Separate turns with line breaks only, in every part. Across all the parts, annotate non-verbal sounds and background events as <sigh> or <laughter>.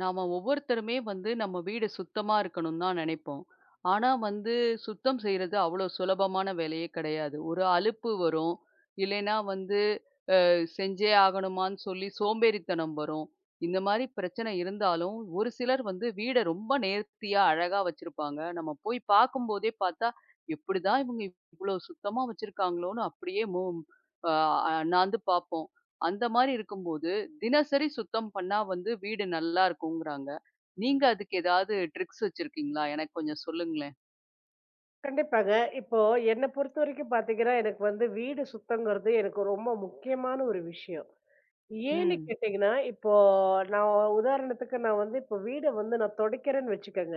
நாம ஒவ்வொருத்தருமே வந்து நம்ம வீடு சுத்தமா இருக்கணும்னு தான் நினைப்போம். ஆனா வந்து சுத்தம் செய்றது அவ்வளோ சுலபமான வேலையே கிடையாது. ஒரு அலுப்பு வரும். இல்லைன்னா வந்து செஞ்சே ஆகணுமான்னு சொல்லி சோம்பேறித்தனம் வரும். இந்த மாரி பிரச்சனை இருந்தாலும், ஒரு சிலர் வந்து வீட ரொம்ப நேர்த்தியா, அழகா வச்சிருப்பாங்க. நம்ம போய் பார்க்கும்போதே பார்த்தா, "எப்படிதான் இவங்க இவ்ளோ சுத்தமா வச்சிருக்காங்களோன்னு" அப்படியே மு அ அண்ணாந்து பார்ப்போம். அந்த மாரி இருக்கும்போது, தினசரி சுத்தம் பண்ணா வந்து வீடு நல்லா இருக்குங்கிறாங்க. நீங்க அதுக்கு ஏதாவது ட்ரிக்ஸ் வச்சிருக்கீங்களா? எனக்கு கொஞ்சம் சொல்லுங்களேன்.
கண்டிப்பாங்க. இப்போ என்ன பொறுத்தவரைக்கும் பார்த்தீங்கன்னா, எனக்கு வந்து வீடு சுத்தங்கிறது எனக்கு ரொம்ப முக்கியமான ஒரு விஷயம். ஏன்னு
ம்,
கேட்டீங்கன்னா, இப்போ நான் உதாரணத்துக்கு நான் வந்து இப்போ வீட வந்து நான் துடைக்கிறேன்னு வச்சுக்கங்க.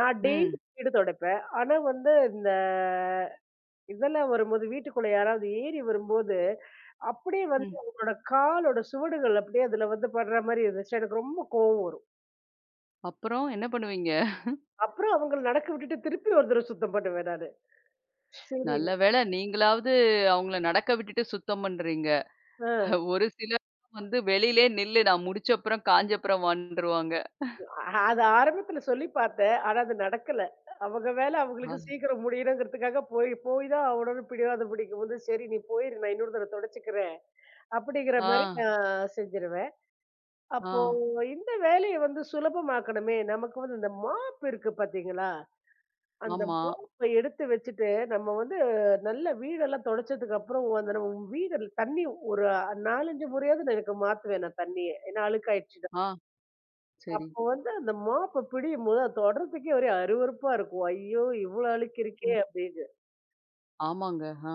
நான் டெய்லி
ம்,
வீடு துடைப்பேன். ஆனா வந்து இந்த இதெல்லாம் வரும்போது வீட்டுக்குள்ள யாராவது ஏறி வரும்போது, அப்படியே வந்து
ம்.
அவங்களோட காலோட சுவடுகள் அப்படியே அதுல வந்து படுற மாரி இருந்துச்சு. எனக்கு ரொம்ப கோவம்.
அப்புறம் என்ன பண்ணுவீங்க?
அப்புறம் அவங்கள நடக்க விட்டுட்டு திருப்பி ஒரு தடவ சுத்தம் பண்ணுவேன் நானு. சரி.
நல்ல வேளை நீங்களாவது அவங்கள நடக்க விட்டுட்டு சுத்தம் பண்றீங்க.
ஆ.
ஒரு சிலர் வந்து வெளியிலயே நில்லு நான் முடிச்சப்புறம், காஞ்சப்புறம் வான்ருவாங்க.
அது ஆரம்பத்துல சொல்லி பார்த்தேன். ஆனா அது நடக்கல. அவங்க வேலை
ஆ.
அவங்களுக்கு சீக்கிரம் முடியணுங்கிறதுக்காக போய் போய் தான் ஆவணும்னு பிடிவாத பிடிக்கும்போது, "சரி நீ போயிரு நான் இன்னொரு தடவ தொடச்சுக்கிறேன்." அப்படிங்கிற
ஆ.
மாரி நான் செஞ்சுருவேன்.
ஆ.
அப்போ இந்த வேலைய வந்து சுலபமாக்கணுமே! நமக்கு வந்து இந்த மாப் இருக்கு பார்த்தீங்களா? அந்த
ஆமா.
மாப்ப எடுத்து வச்சுட்டு, நம்ம வந்து நல்ல வீடெல்லாம் தொடச்சதுக்கு அப்புறம் அந்த நம்ம வீடு தண்ணி ஒரு 4, 5 முறையாவது நான் எனக்கு மாத்துவேன் நான் தண்ணிய. ஏன்னா அழுக்காயிடுச்சு.
ஆ. சரி.
அப்போ வந்து அந்த மாப்ப பிடியும்போது, அது தொடறதுக்கே ஒரே அருவருப்பா இருக்கும். ஐயோ! இவ்ளோ அழுக்கு இருக்கே!
ம்.
அப்படின்னு.
ஆமாங்க. ஆ.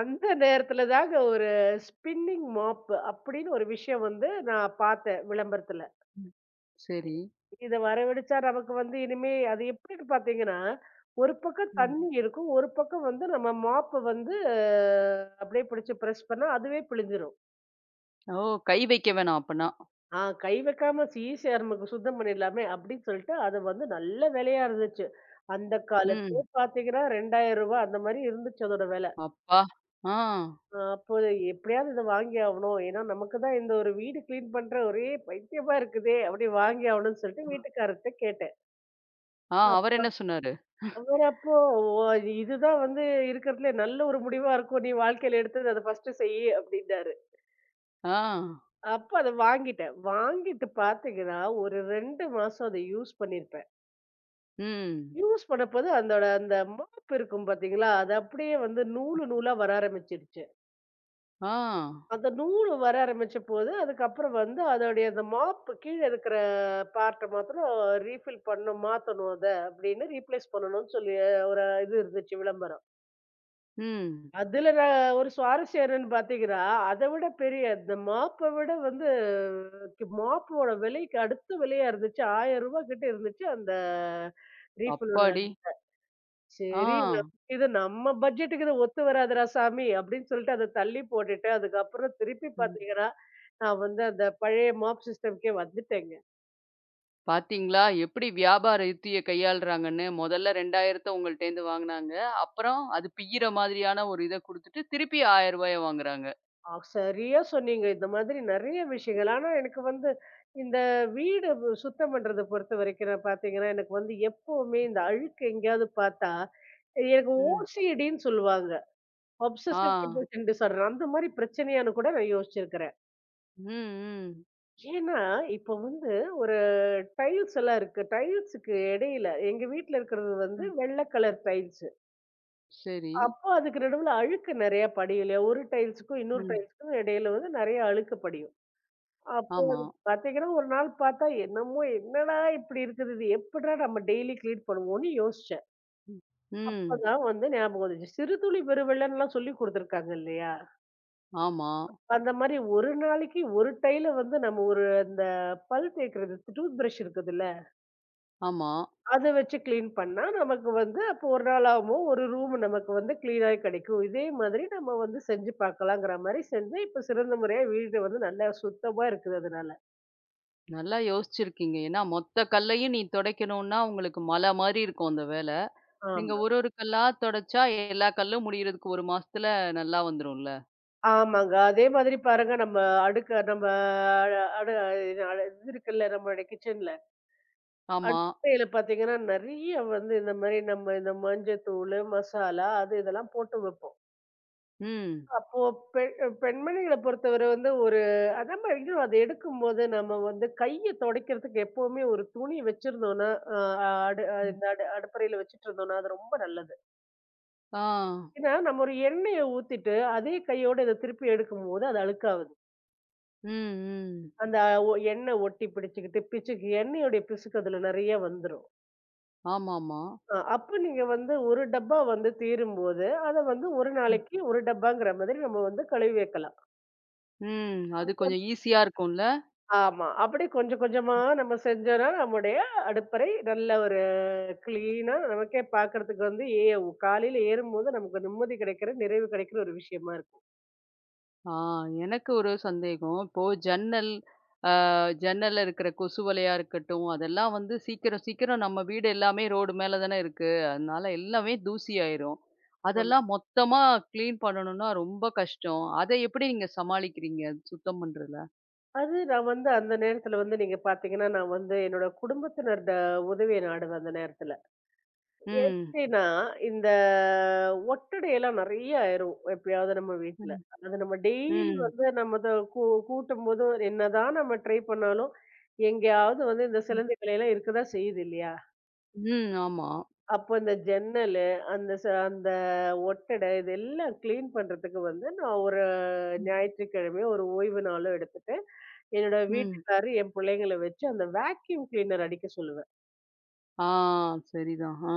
அந்த நேரத்துல தாங்க ஒரு ஸ்பின்னிங் மாப் அப்படின்னு ஒரு விஷயம் வந்து நான் பார்த்தேன் விளம்பரத்துல.
ம். சரி.
இத வரவழிச்சா நமக்கு வந்து இனிமே அது எப்படின்னு பார்த்தீங்கன்னா, ஒரு பக்கம்
ம்.
தண்ணி இருக்கும். ஒரு பக்கம் வந்து நம்ம மாப்ப வந்து அப்படியே பிடிச்சு பிரஸ் பண்ணா அதுவே பிழிஞ்சிரும்.
ஓ! கை வைக்க வேணாம் அப்பன்னா.
ஆ கை வைக்காம ஈஸியா நமக்கு சுத்தம் பண்ணிடலாமே அப்படின்னு சொல்லிட்டு, அது வந்து நல்ல விலையா இருந்துச்சு. அந்த
ம்.
காலத்திலே பார்த்தீங்கன்னா ரூ. 2,000 அந்த மாரி இருந்துச்சு அதோட விலை.
அப்பா! ஆ.
அப்போ எப்படியாவது இத வாங்கி ஆவணும். ஏன்னா நமக்கு தான் இந்த ஒரு வீடு கிளீன் பண்ற ஒரே பைத்தியமா இருக்குதே! அப்படி வாங்கி ஆவணும்னு சொல்லிட்டு வீட்டுக்காரர்ட்ட கேட்டேன்.
ஆ, அவர்
அப்
என்ன சொன்னாரு?
அவர் அப்போ, "ஓ, இதுதான் வந்து இருக்கிறதுலே நல்ல ஒரு முடிவா இருக்கும். நீ வாழ்க்கையில எடுத்தது அத ஃபர்ஸ்ட்டு செய்யி" அப்படின்னாரு.
ஆ.
அப்ப அத வாங்கிட்டேன். வாங்கிட்டு பார்த்தீங்கன்னா, ஒரு 2 மாசம் அத யூஸ் பண்ணியிருப்பேன்.
ம்.
யூஸ் பண்ணப்போது அதோட அந்த மாப் இருக்கும் பார்த்தீங்களா? அது அப்படியே வந்து நூலு நூலா வர ஆரம்பிச்சுருச்சு.
ஆ.
அந்த நூலு வர ஆரம்பிச்ச போது, அதுக்கப்புறம் வந்து அதோடைய அந்த மாப் கீழ இருக்கிற பார்ட்ட மாத்திரம் ரீஃபில் பண்ணணும், மாத்தணும் அத அப்படின்னு ரீப்ளேஸ் பண்ணணும்னு சொல்லி ஒரு இது இருந்துச்சு விளம்பரம்.
ம்.
அதுல நான் ஒரு சுவாரஸ்யம் என்னன்னு பார்த்தீங்கன்னா, அத விட பெரிய இந்த மாப்ப விட வந்து மாப்போட விலைக்கு அடுத்த விலையா இருந்துச்சு ரூ. 1,000 கிட்ட இருந்துச்சு அந்த ரீஃபிலோட.
அப்பாடி! ஆ.
சரி, நமக்கு இது நம்ம பட்ஜெட்டுக்கு இது ஒத்து வராதுடா சாமி அப்படின்னு சொல்லிட்டு அத தள்ளி போட்டுட்டு, அதுக்கப்புறம் திருப்பி
ம்.
பார்த்தீங்கன்னா, நான் வந்து அந்த பழைய மாப் சிஸ்டம்க்கே வந்துட்டேங்க.
பாத்தீங்களா? எப்படி வியாபார யுத்திய கையாளுறாங்கன்னு. மொதல்ல 2000 உங்கள்ட்டேருந்து வாங்குனாங்க. அப்புறம் அது பிய்யிற மாதிரியான ஒரு இத குடுத்துட்டு, திருப்பி ரூ. 1000 வாங்குறாங்க.
அ சரியா சொன்னீங்க. இந்த மாதிரி நெறைய விஷயங்கள். ஆனா எனக்கு வந்து இந்த வீடு சுத்தம் பண்றத பொறுத்த வரைக்கும் நான் பார்த்தீங்கன்னா, எனக்கு வந்து எப்பவுமே இந்த அழுக்கு எங்கேயாவது பார்த்தா, எனக்கு
ம்.
ஓசிடின்னு சொல்லுவாங்க.
ஆ.
அப்சசிவ் கம்பல்ஷன் டிஸார்டர் அந்த மாரி பிரச்சனையான்னு கூட நான் யோசிச்சிருக்கிறேன்.
ம், ம்.
ஏன்னா, இப்போ வந்து ஒரு டைல்ஸ் எல்லாம் இருக்கு. டைல்ஸுக்கு இடையில எங்க வீட்ல இருக்கிறது வந்து
ம்.
வெள்ள கலர் டைல்ஸு.
சரி.
அப்போ அதுக்கு நடுவுல அழுக்கு நெறைய படியும்ல. ஒரு டைல்ஸுக்கும் இன்னொரு
ம்.
டைல்ஸுக்கும் இடையில வந்து நெறைய அழுக்கு படியும். அப்போ
ஆமா.
அது பாத்தீங்கன்னா, ஒரு நாள் பாத்தா, என்னமோ என்னடா இப்படி இருக்குது? இது எப்படிடா நம்ம டெய்லி கிளீன் பண்ணுவோம்ன்னு யோசிச்சேன்.
ம். ம்.
அப்பதான் வந்து ஞாபகம் வந்துச்சு. சிறுதுளி பெருவெள்ளம்லாம் சொல்லிக் குடுத்துருக்காங்க இல்லையா?
ஆமா,
அந்த மாரி ஒரு நாளைக்கு ஒரு டைல வந்து நம்ம ஒரு இந்த பல் தேய்க்கிறது டூத் பிரஷ் இருக்குதுல்ல?
ஆமா.
அத வச்சு கிளீன் பண்ணா, நமக்கு வந்து அப்போ ஒரு நாளாமோ ஒரு ரூம் நமக்கு வந்து கிளீனாவே கிடைக்கும். இதே மாதிரி நம்ம வந்து செஞ்சு பார்க்கலாங்கிற மாரி செஞ்சு, இப்ப சிறந்த முறையா வீடு வந்து நல்லா சுத்தமா இருக்குது அதனால.
நல்லா யோசிச்சிருக்கீங்க. ஏன்னா, மொத்த கல்லையும் நீ தொடைக்கணும்னா, உங்களுக்கு மலை மாரி இருக்கும் அந்த வேல. நீங்க
ஆமா.
ஒரு ஒரு கல்லா தொடச்சா, எல்லா கல்லும் முடியறதுக்கு 1 மாசத்துல நல்லா வந்துரும்ல.
ஆமாங்க. அதே மாதிரி பாருங்க நம்ம அடுக்க நம்ம அ அடு இது இது இருக்குல்ல நம்மளுடைய கிச்சன்ல.
ஆமா.
அடுப்பையில பார்த்தீங்கன்னா, நெறைய வந்து இந்த மாரி நம்ம இந்த மஞ்சள் தூளு, மசாலா அது இதெல்லாம் போட்டு வைப்போம்.
ம்.
அப்போ பெண் பெண்மணிகள பொறுத்தவரை வந்து ஒரு நம்ம எங்கேயும் அத எடுக்கும்போது நம்ம வந்து கைய துடைக்கிறதுக்கு எப்பவுமே ஒரு துணி வச்சிருந்தோம்ன்னா, அ அடு
ம்.
இந்த அடுப்பறையில வச்சுட்டு இருந்தோம்ன்னா, அது ரொம்ப நல்லது.
ஆ.
ஏன்னா, நம்ம ஒரு எண்ணெய ஊத்திட்டு அதே கையோட இத திருப்பி எடுக்கும்போது அது அழுக்காவுது.
ம், ம்.
அந்த எண்ணெய் ஒட்டி பிடிச்சுக்கிட்டு பிச்சுக்கு எண்ணெயோடைய பிசுக்கு அதுல நெறைய வந்துரும்.
ஆமாமா.
அப்ப நீங்க வந்து ஒரு டப்பா வந்து தீரும்போது, அத வந்து ஒரு
ம்.
நாளைக்கு ஒரு டப்பாங்கிற மாதிரி நம்ம வந்து கழுவி வைக்கலாம்.
ம். அது கொஞ்சம் ஈஸியா இருக்கும்ல?
ஆமா. அப்படி கொஞ்சம் கொஞ்சமா நம்ம செஞ்சோம்னா, நம்முடைய அடுப்பறை நல்ல ஒரு கிளீனா நமக்கே பார்க்கறதுக்கு வந்து காலையில ஏறும்போது நமக்கு நிம்மதி கிடைக்கிற, நிறைவு கிடைக்கிற ஒரு விஷயமா இருக்கும்.
ஆ, எனக்கு ஒரு சந்தேகம். இப்போ ஜன்னல், அ ஜன்னல்ல இருக்கிற கொசு வலையா இருக்கட்டும், அதெல்லாம் வந்து சீக்கிரம் சீக்கிரம் நம்ம வீடு எல்லாமே ரோடு மேல தானே இருக்கு. அதனால எல்லாமே தூசி ஆயிரும்.
ஆமா.
அதெல்லாம் மொத்தமா கிளீன் பண்ணணும்னா ரொம்ப கஷ்டம். அதை எப்படி நீங்க சமாளிக்கிறீங்க சுத்தம் பண்றதுல?
அது நான் வந்து அந்த நேரத்துல வந்து நீங்க பார்த்தீங்கன்னா, நான் வந்து என்னோட குடும்பத்தினர் உதவிய நாடுவேன் அந்த நேரத்துல.
ம்.
எப்படின்னா, இந்த ஒட்டடையெல்லாம் நெறைய ஆயிரும் எப்பயாவது நம்ம வீட்ல.
ம்.
அது நம்ம டெய்லி
ம்.
வந்து நம்ம அத கூ கூட்டும்போது என்னதான் நம்ம ட்ரை பண்ணாலும், எங்கேயாவது வந்து இந்த
ம்.
சிலந்திகள் எல்லாம் இருக்கதான் செய்யுது இல்லையா?
ம். ஆமா.
அப்ப அந்த ஜன்னலு, அந்த அந்த இதெல்லாம் கிளீன் பண்றதுக்கு வந்து நான் ஒரு
ம்.
ஞாயிற்றுக்கிழமை ஒரு ஓய்வு நாளும் எடுத்துட்டு, என்னோட
ம்.
வீட்டுக்காரரு, என் பிள்ளைங்கள வச்சு அந்த வேக்யூம் கிளீனர் அடிக்க சொல்லுவேன்.
ஆ, சரிதான். ஆ.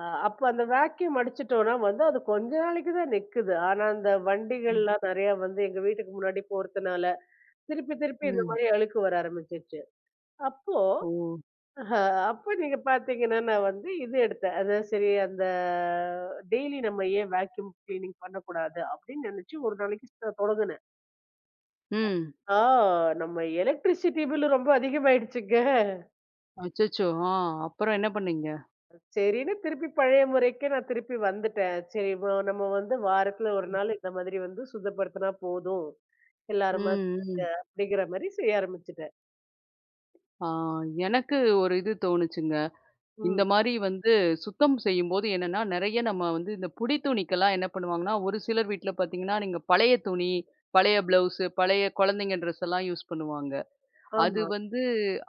அப்ப அந்த வேக்யூம் அடிச்சுட்டோம்னா வந்து அது கொஞ்ச நாளைக்கு தான் நிக்குது. ஆனா அந்த
ம்.
வண்டிகள்லாம் நெறையா வந்து எங்க வீட்டுக்கு முன்னாடி போறதுனால, திருப்பி திருப்பி இந்த
ம்.
மாரி அழுக்கு வர ஆரம்பிச்சுருச்சு. அப்போ
ஓ!
ஆஹா, அப்ப நீங்க பார்த்தீங்கன்னா, நான் வந்து இது எடுத்தேன். அதான் சரி அந்த டெய்லி நம்ம ஏன் வேக்யூம் கிளீனிங் பண்ணக்கூடாது அப்படின்னு நினைச்சு ஒரு நாளைக்கு தொடங்குனேன்.
ம்.
ஆ நம்ம எலக்ட்ரிசிட்டி பில் ரொம்ப அதிகமாயிடுச்சுங்க.
அச்சச்சோ! ஆ, அப்புறம் என்ன பண்ணீங்க?
சரின்னு திருப்பி பழைய முறைக்கே நான் திருப்பி வந்துட்டேன். சரி நம்ம வந்து வாரத்துல ஒரு நாள் இந்த மாதிரி வந்து சுத்தப்படுத்தினா போதும். எல்லாருமா
ம், ம்.
அப்படிங்கிற மாரி செய்ய ஆரம்பிச்சுட்டேன்.
ஆ, எனக்கு ஒரு இது தோணுச்சுங்க. இந்த
ம்.
மாரி வந்து சுத்தம் செய்யும்போது என்னன்னா, நெறைய நம்ம வந்து இந்த புடி துணிக்கெல்லாம் என்ன பண்ணுவாங்கன்னா, ஒரு சிலர் வீட்ல பார்த்தீங்கன்னா, நீங்க பழைய துணி, பழைய ப்ளவுஸு, பழைய குழந்தைங்க ட்ரெஸ் எல்லாம் யூஸ் பண்ணுவாங்க. அது
ஆமா.
வந்து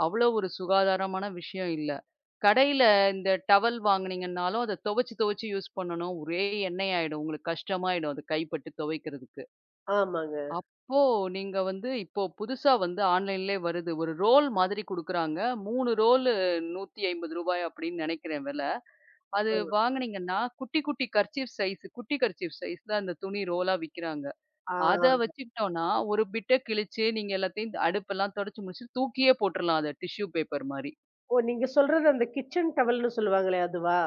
அவ்வளோ ஒரு சுகாதாரமான விஷயம் இல்ல. கடையில இந்த டவல் வாங்குனீங்கன்னாலும், அத துவைச்சு துவைச்சு யூஸ் பண்ணணும். ஒரே எண்ணெய் ஆயிடும். உங்களுக்கு கஷ்டமாயிடும். அது கைப்பட்டு துவைக்கிறதுக்கு.
ஆமாங்க.
அப்போ நீங்க வந்து இப்போ புதுசா வந்து ஆன்லைன்லயே வருது. ஒரு ரோல் மாதிரி குடுக்குறாங்க. 3 ரோலு ரூ. 150 அப்படின்னு நெனைக்கிறேன் விலை. அது
ஆமா.
வாங்குனீங்கன்னா, குட்டி குட்டி கர்ச்சீஃப் சைஸ் குட்டி கர்ச்சீஃப் சைஸ்ல அந்த துணி ரோலா விக்கிறாங்க. அத
ஆ.
வச்சுக்கிட்டோம்னா, ஒரு பிட்ட கிழிச்சு நீங்க எல்லாத்தையும் இந்த அடுப்பெல்லாம் தொடச்சு முடிச்சு தூக்கியே போட்டுறலாம் அத டிஷ்யூ பேப்பர் மாரி.
ஓ! நீங்க சொல்றது அந்த கிச்சன் டவல்ன்னு சொல்லுவாங்களே அதுவா?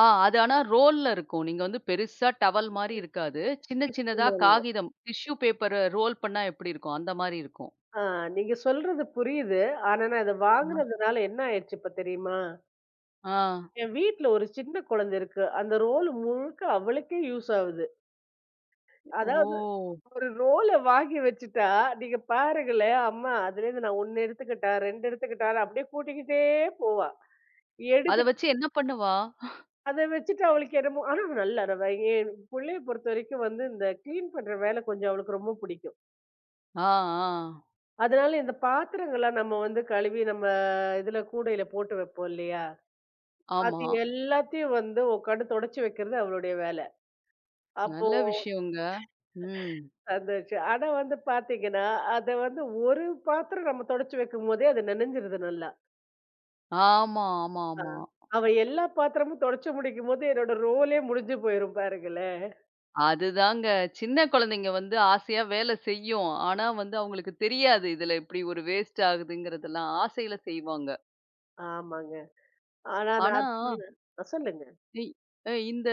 ஆ, அது ஆனா ரோல்ல இருக்கும். நீங்க வந்து பெருசா டவல் மாரி இருக்காது. சின்ன சின்னதா காகிதம் டிஷ்யூ பேப்பர ரோல் பண்ணா எப்படி இருக்கும்? அந்த மாரி இருக்கும்.
ஆ, நீங்க சொல்றது புரியுது. ஆனா, நான் இத
அ.
வாங்குனதுனால என்ன ஆயிடுச்சு இப்ப தெரியுமா?
ஆ.
என் வீட்ல ஒரு சின்ன குழந்தை இருக்கு. அந்த ரோல் முழுக்க அவளுக்கே யூஸ் ஆகுது. அதாவது
ஓ!
ஒரு ரோல வாங்கி வச்சுட்டா, நீங்க பாருங்களேன், அம்மா அதுலேருந்து நான் 1 எடுத்துக்கிட்டா, 2 எடுத்துக்கிட்டான்னு அப்படியே கூட்டிக்கிட்டே போவா.
அத
எடுத்துட்டு
வச்சு என்ன பண்ணுவா?
அத வச்சுட்டு அவளுக்கு என்னமோ ஆனா அவ நல்லா அவ என் புள்ளைய பொறுத்த வரைக்கும் வந்து இந்த கிளீன் பண்ற வேலை கொஞ்சம் அவளுக்கு ரொம்ப பிடிக்கும்.
ஆ, ஆ.
அதனால இந்த பாத்திரங்கள்லாம் நம்ம வந்து கழுவி நம்ம இதுல கூடையில போட்டு வைப்போம் இல்லையா?
ஆமா.
அது எல்லாத்தையும் வந்து உட்காந்து தொடச்சு வைக்கிறது அவளுடைய வேலை. அப்போ
நல்ல விஷயங்க. ம்.
வந்துச்சு. ஆனா வந்து பாத்தீங்கன்னா, அத வந்து ஒரு பாத்திரம் நம்ம தொடச்சு வைக்கும்போதே அது நனைஞ்சிருது நல்லா.
ஆமா, ஆமா,
ஆ.
ஆமா.
அவ எல்லா பாத்திரமும் தொடச்சு முடிக்கும்போது என்னோட ரோலே முடிஞ்சு போயிரும் பாருங்களேன்.
அதுதாங்க. சின்ன குழந்தைங்க வந்து ஆசையா வேல செய்யும். ஆனா வந்து அவங்களுக்கு தெரியாது. இதுல இப்படி ஒரு வேஸ்ட் ஆகுதுங்கிறதெல்லாம். ஆசையில செய்வாங்க.
ஆமாங்க. ஆனா நான்
ஆனா
அது சொன்னேன். அ சொல்லுங்க.
இ அ இந்த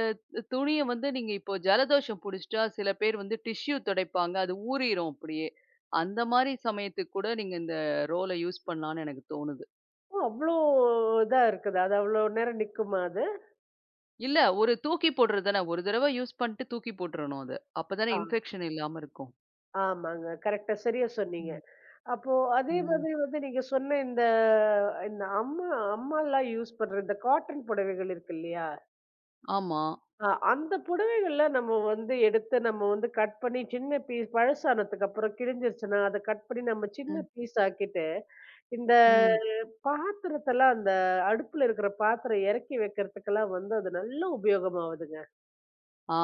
துணிய வந்து நீங்க இப்போ ஜலதோஷம் புடிச்சிட்டா சில பேர் வந்து டிஷ்யூ துடைப்பாங்க. அது ஊறிரும் அப்படியே. அந்த மாரி சமயத்துக்கு கூட நீங்க இந்த ரோல யூஸ் பண்ணலான்னு எனக்கு தோணுது.
ஓ! அவ்ளோ இதா இருக்குதா? அது அவ்ளோ நேரம் நிக்குமா அது?
இல்ல. ஒரு தூக்கி போடுறது தானே. ஒரு தடவ யூஸ் பண்ணிட்டு தூக்கி போட்டுறணும் அது. அப்பதானே
ஆ.
இன்ஃபெக்ஷன் இல்லாம இருக்கும்.
ஆமாங்க. கரெக்ட்டா சரியா சொன்னீங்க.
ம்.
அப்போ அதே
ம்.
மாதிரி வந்து நீங்க சொன்ன இந்த இந்த அம்மாலாம் யூஸ் பண்ற இந்த காட்டன் புடவைகள் இருக்கு இல்லையா?
ஆமா.
அந்த புடவைகள்ல நம்ம வந்து எடுத்து நம்ம வந்து கட் பண்ணி சின்ன பீஸ் பழசானதுக்கு அப்புறம் கிழிஞ்சிருச்சுன்னா, அத கட் பண்ணி நம்ம சின்ன
ம்.
பீஸ் ஆக்கிட்டு, இந்த
ம்.
பாத்திரத்தெல்லாம் அந்த அடுப்புல இருக்கிற பாத்திரம் இறக்கி வைக்கிறதுக்கெல்லாம் வந்து அது நல்ல உபயோகமாவுதுங்க.
ஆ.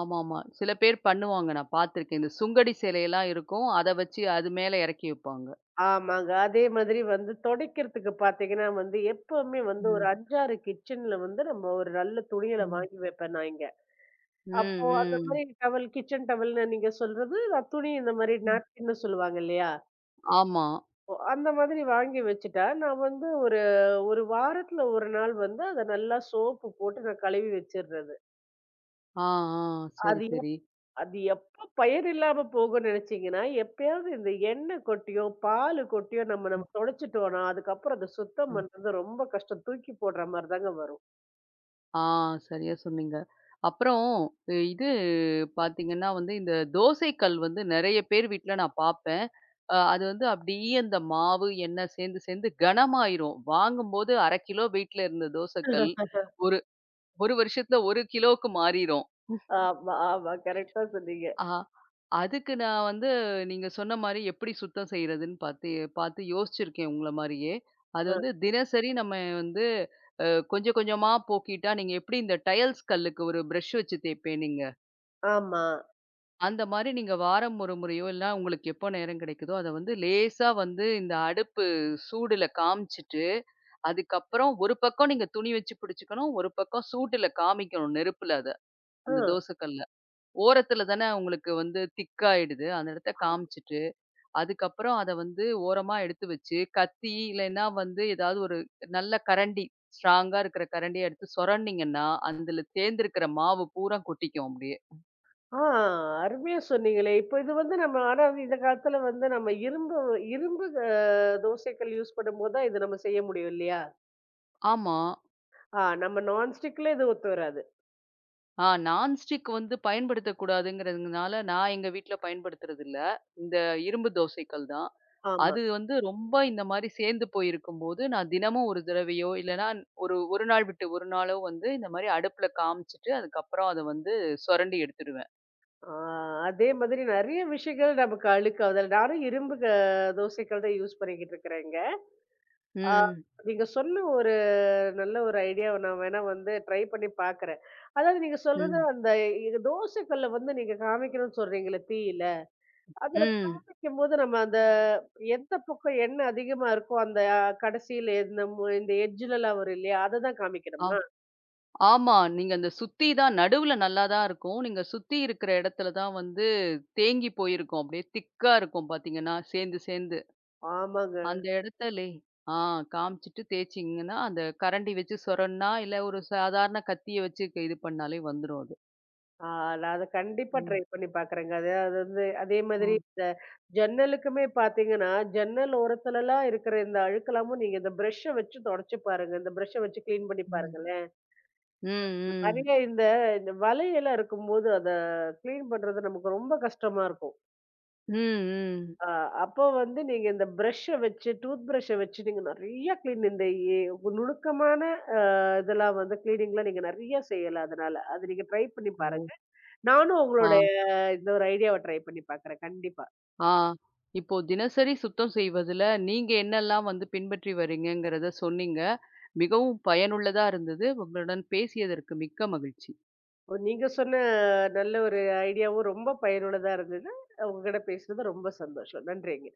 ஆமாமா. சில பேர் பண்ணுவாங்க. நான் பார்த்துருக்கேன். இந்த சுங்கடி சேலையெல்லாம் இருக்கும். அத வச்சு அது மேல இறக்கி வைப்பாங்க.
ஆமாங்க. அதே மாதிரி வந்து துடைக்கிறதுக்கு பாத்தீங்கன்னா வந்து, எப்பவுமே வந்து ஒரு
ம்.
5, 6 கிச்சன்ல வந்து நம்ம ஒரு நல்ல துணிகள
ம்.
வாங்கி வைப்பேன் நான் இங்க.
ம்.
அப்போ அந்த
ம்.
மாரி டவல் கிச்சன் டவல்ன்னு நீங்க சொல்றது, நான் துணி இந்த மாரி
ம்.
நாப்கின்னு சொல்லுவாங்க இல்லையா?
ஆமா.
ஓ! அந்த மாதிரி வாங்கி வச்சுட்டா, நான் வந்து ஒரு 1 வாரத்துல 1 நாள் வந்து அத நல்லா சோப்பு போட்டு நான் கழுவி வச்சுர்றது.
ஆ, ஆ. சரி,
அது எப்
சரி.
அது எப்ப பயன் இல்லாம போகும்ன்னு நெனச்சீங்கன்னா, எப்பயாவது இந்த எண்ணெய் கொட்டியோ, பாலு கொட்டியோ நம்ம நம்ம தொடச்சுட்டோம்னா, அதுக்கப்புறம் அத சுத்தம்
ஆ.
பண்றது ரொம்ப கஷ்டம். தூக்கி போடுற மாரி தாங்க வரும்.
ஆ, சரியா சொன்னீங்க. அப்புறம் இது பாத்தீங்கன்னா வந்து, இந்த தோசை கல் வந்து நெறைய பேர் வீட்ல நான் பாப்பேன். அது வந்து அப்படியே அந்த மாவு, எண்ணெய் சேர்ந்து சேர்ந்து கனமாயிரும். வாங்கும்போது 1/2 கிலோ வெயிட்ல இருந்த தோசை கல்,
<laughs>
ஒரு 1 வருஷத்துல 1 கிலோவுக்கு மாறிரும்.
ஆமா, ஆமா. கரெக்ட்டா சொன்னீங்க.
ஆ, அதுக்கு நான் வந்து நீங்க சொன்ன மாரி எப்படி சுத்தம் செய்றதுன்னு பாத்து பாத்து யோசிச்சிருக்கேன் உங்கள மாரியே. அது
அ.
வந்து தினசரி நம்ம வந்து அ கொஞ்சம் கொஞ்சமா போக்கிட்டா, நீங்க எப்படி இந்த டைல்ஸ் கல்லுக்கு ஒரு பிரஷ் வச்சு தேய்ப்பேனீங்க
ஆமா.
அந்த மாரி நீங்க வாரம் ஒரு முறையோ, இல்ல உங்களுக்கு எப்போ நேரம் கிடைக்குதோ, அத வந்து லேசா வந்து இந்த அடுப்பு சூடுல காமிச்சுட்டு, அதுக்கப்புறம் ஒரு பக்கம் நீங்க துணி வச்சு பிடிச்சுக்கணும். ஒரு பக்கம் சூட்டுல காமிக்கணும் நெருப்புல அத. அந்த தோசைக்கல்ல. ஓரத்துல தானே உங்களுக்கு வந்து திக்காயிடுது. அந்த இடத்த
அ.
காமிச்சுட்டு, அதுக்கப்புறம் அத வந்து ஓரமா எடுத்து வச்சு, கத்தி இல்லைன்னா வந்து ஏதாவது ஒரு நல்ல கரண்டி, ஸ்ட்ராங்கா இருக்கிற கரண்டிய எடுத்து சொரண்டிங்கன்னா, அதுல சேர்ந்திருக்கிற மாவு பூரா கொட்டிக்கும் அப்படியே.
ஆ அருமையா சொன்னீங்களே! இப்ப இது வந்து நம்ம ஆனா வந்து இந்த காலத்துல வந்து நம்ம இரும்பு இரும்பு அ தோசைக்கல் யூஸ் பண்ணும்போது தான் இது நம்ம செய்ய முடியும் இல்லையா?
ஆமா.
ஆ நம்ம நான்ஸ்டிக்ல இது ஒத்து வராது.
ஆ, நான்ஸ்டிக் வந்து பயன்படுத்தக்கூடாதுங்கிறதுனால, நான் எங்க வீட்ல பயன்படுத்துறதில்ல. இந்த இரும்பு தோசைக்கல் தான்.
ஆமா.
அது வந்து ரொம்ப இந்த மாரி சேர்ந்து போயிருக்கும்போது, நான் தினமும் ஒரு தடவையோ, இல்லன்னா ஒரு 1 நாள் விட்டு 1 நாளோ வந்து இந்த மாரி அடுப்புல காமிச்சுட்டு, அதுக்கப்புறம் அத வந்து சொரண்டி எடுத்துருவேன்.
ஆ அதே மாதிரி நெறைய விஷயங்கள் நமக்கு அழுக்காவுதல். நானும் இரும்பு தோசைக்கல் தான் யூஸ் பண்ணிக்கிட்டு இருக்கிறேங்க. ஆ
ம்.
நீங்க சொன்ன ஒரு நல்ல ஒரு ஐடியாவ நான் வேணா வந்து ட்ரை பண்ணி பாக்குறேன். அதாவது நீங்க சொல்றது
ம்.
அந்த தோசைக்கல்ல வந்து நீங்க காமிக்கணும்னு சொல்றீங்கல்ல தீயில. அதுல
ம்.
காமிக்கும் போது நம்ம அந்த எந்த பக்கம் எண்ணெய் அதிகமா இருக்கோ, அந்த கடைசியில இந்த இந்த எட்ஜ்லலாம் வரும் இல்லையா? அததான்
ஆ,
காமிக்கணுமா?
ஆமா. நீங்க அந்த சுத்தி தான் நடுவுல நல்லா தான் இருக்கும். நீங்க சுத்தி இருக்கிற இடத்துல தான் வந்து தேங்கி போயிருக்கும். அப்படியே திக்கா இருக்கும் பார்த்தீங்கன்னா, சேர்ந்து சேர்ந்து.
ஆமாங்க.
அந்த இடத்துலே ஆ காமிச்சுட்டு தேய்ச்சிங்கன்னா, அந்த கரண்டி வச்சு சொரன்னா, இல்ல ஒரு சாதாரண கத்திய வச்சு க இது பண்ணாலே வந்துரும் அது.
ஆ நான் அத கண்டிப்பா ட்ரை
ம்.
பண்ணி பார்க்குறேங்க. அது அது வந்து அதே
ஆ.
மாதிரி இந்த ஜன்னலுக்குமே பார்த்தீங்கன்னா, ஜன்னல் ஓரத்துலலாம் இருக்கிற இந்த அழுக்கெல்லாமும் நீங்க இந்த பிரஷ்ஷ வச்சு தொடச்சு பாருங்க. இந்த பிரஷ்ஷ வச்சு கிளீன் பண்ணி
ம்.
பாருங்களேன்.
ம், ம்.
நெறைய இந்த இந்த வலையெல்லாம் இருக்கும்போது அத கிளீன் பண்றது நமக்கு ரொம்ப கஷ்டமா இருக்கும்.
ம், ம்.
ஆ, அப்போ வந்து நீங்க இந்த பிரஷ்ஷ வச்சு, டூத் பிரஷ்ஷ வச்சு நீங்க நெறைய கிளீன் இந்த எ நுணுக்கமான இதெல்லாம் வந்து கிளீனிங்லாம் நீங்க நெறைய செய்யலாம் அதனால. அது நீங்க ட்ரை பண்ணி
ஓ!
பாருங்க. நானும்
ஆ,
உங்களுடைய இந்த ஒரு ஐடியாவ ட்ரை பண்ணி பார்க்குறேன் கண்டிப்பா.
ஆ. இப்போ தினசரி சுத்தம் செய்வதுல நீங்க என்னெல்லாம் வந்து பின்பற்றி வரீங்கங்கிறத சொன்னீங்க. மிகவும் பயனுள்ளதா இருந்தது. உங்களுடன் பேசியதற்கு மிக்க மகிழ்ச்சி.
இப்போ நீங்க சொன்ன நல்ல ஒரு ஐடியாவும் ரொம்ப பயனுள்ளதா இருந்தது. உங்ககிட்ட பேசுனது ரொம்ப சந்தோஷம். நன்றிங்க.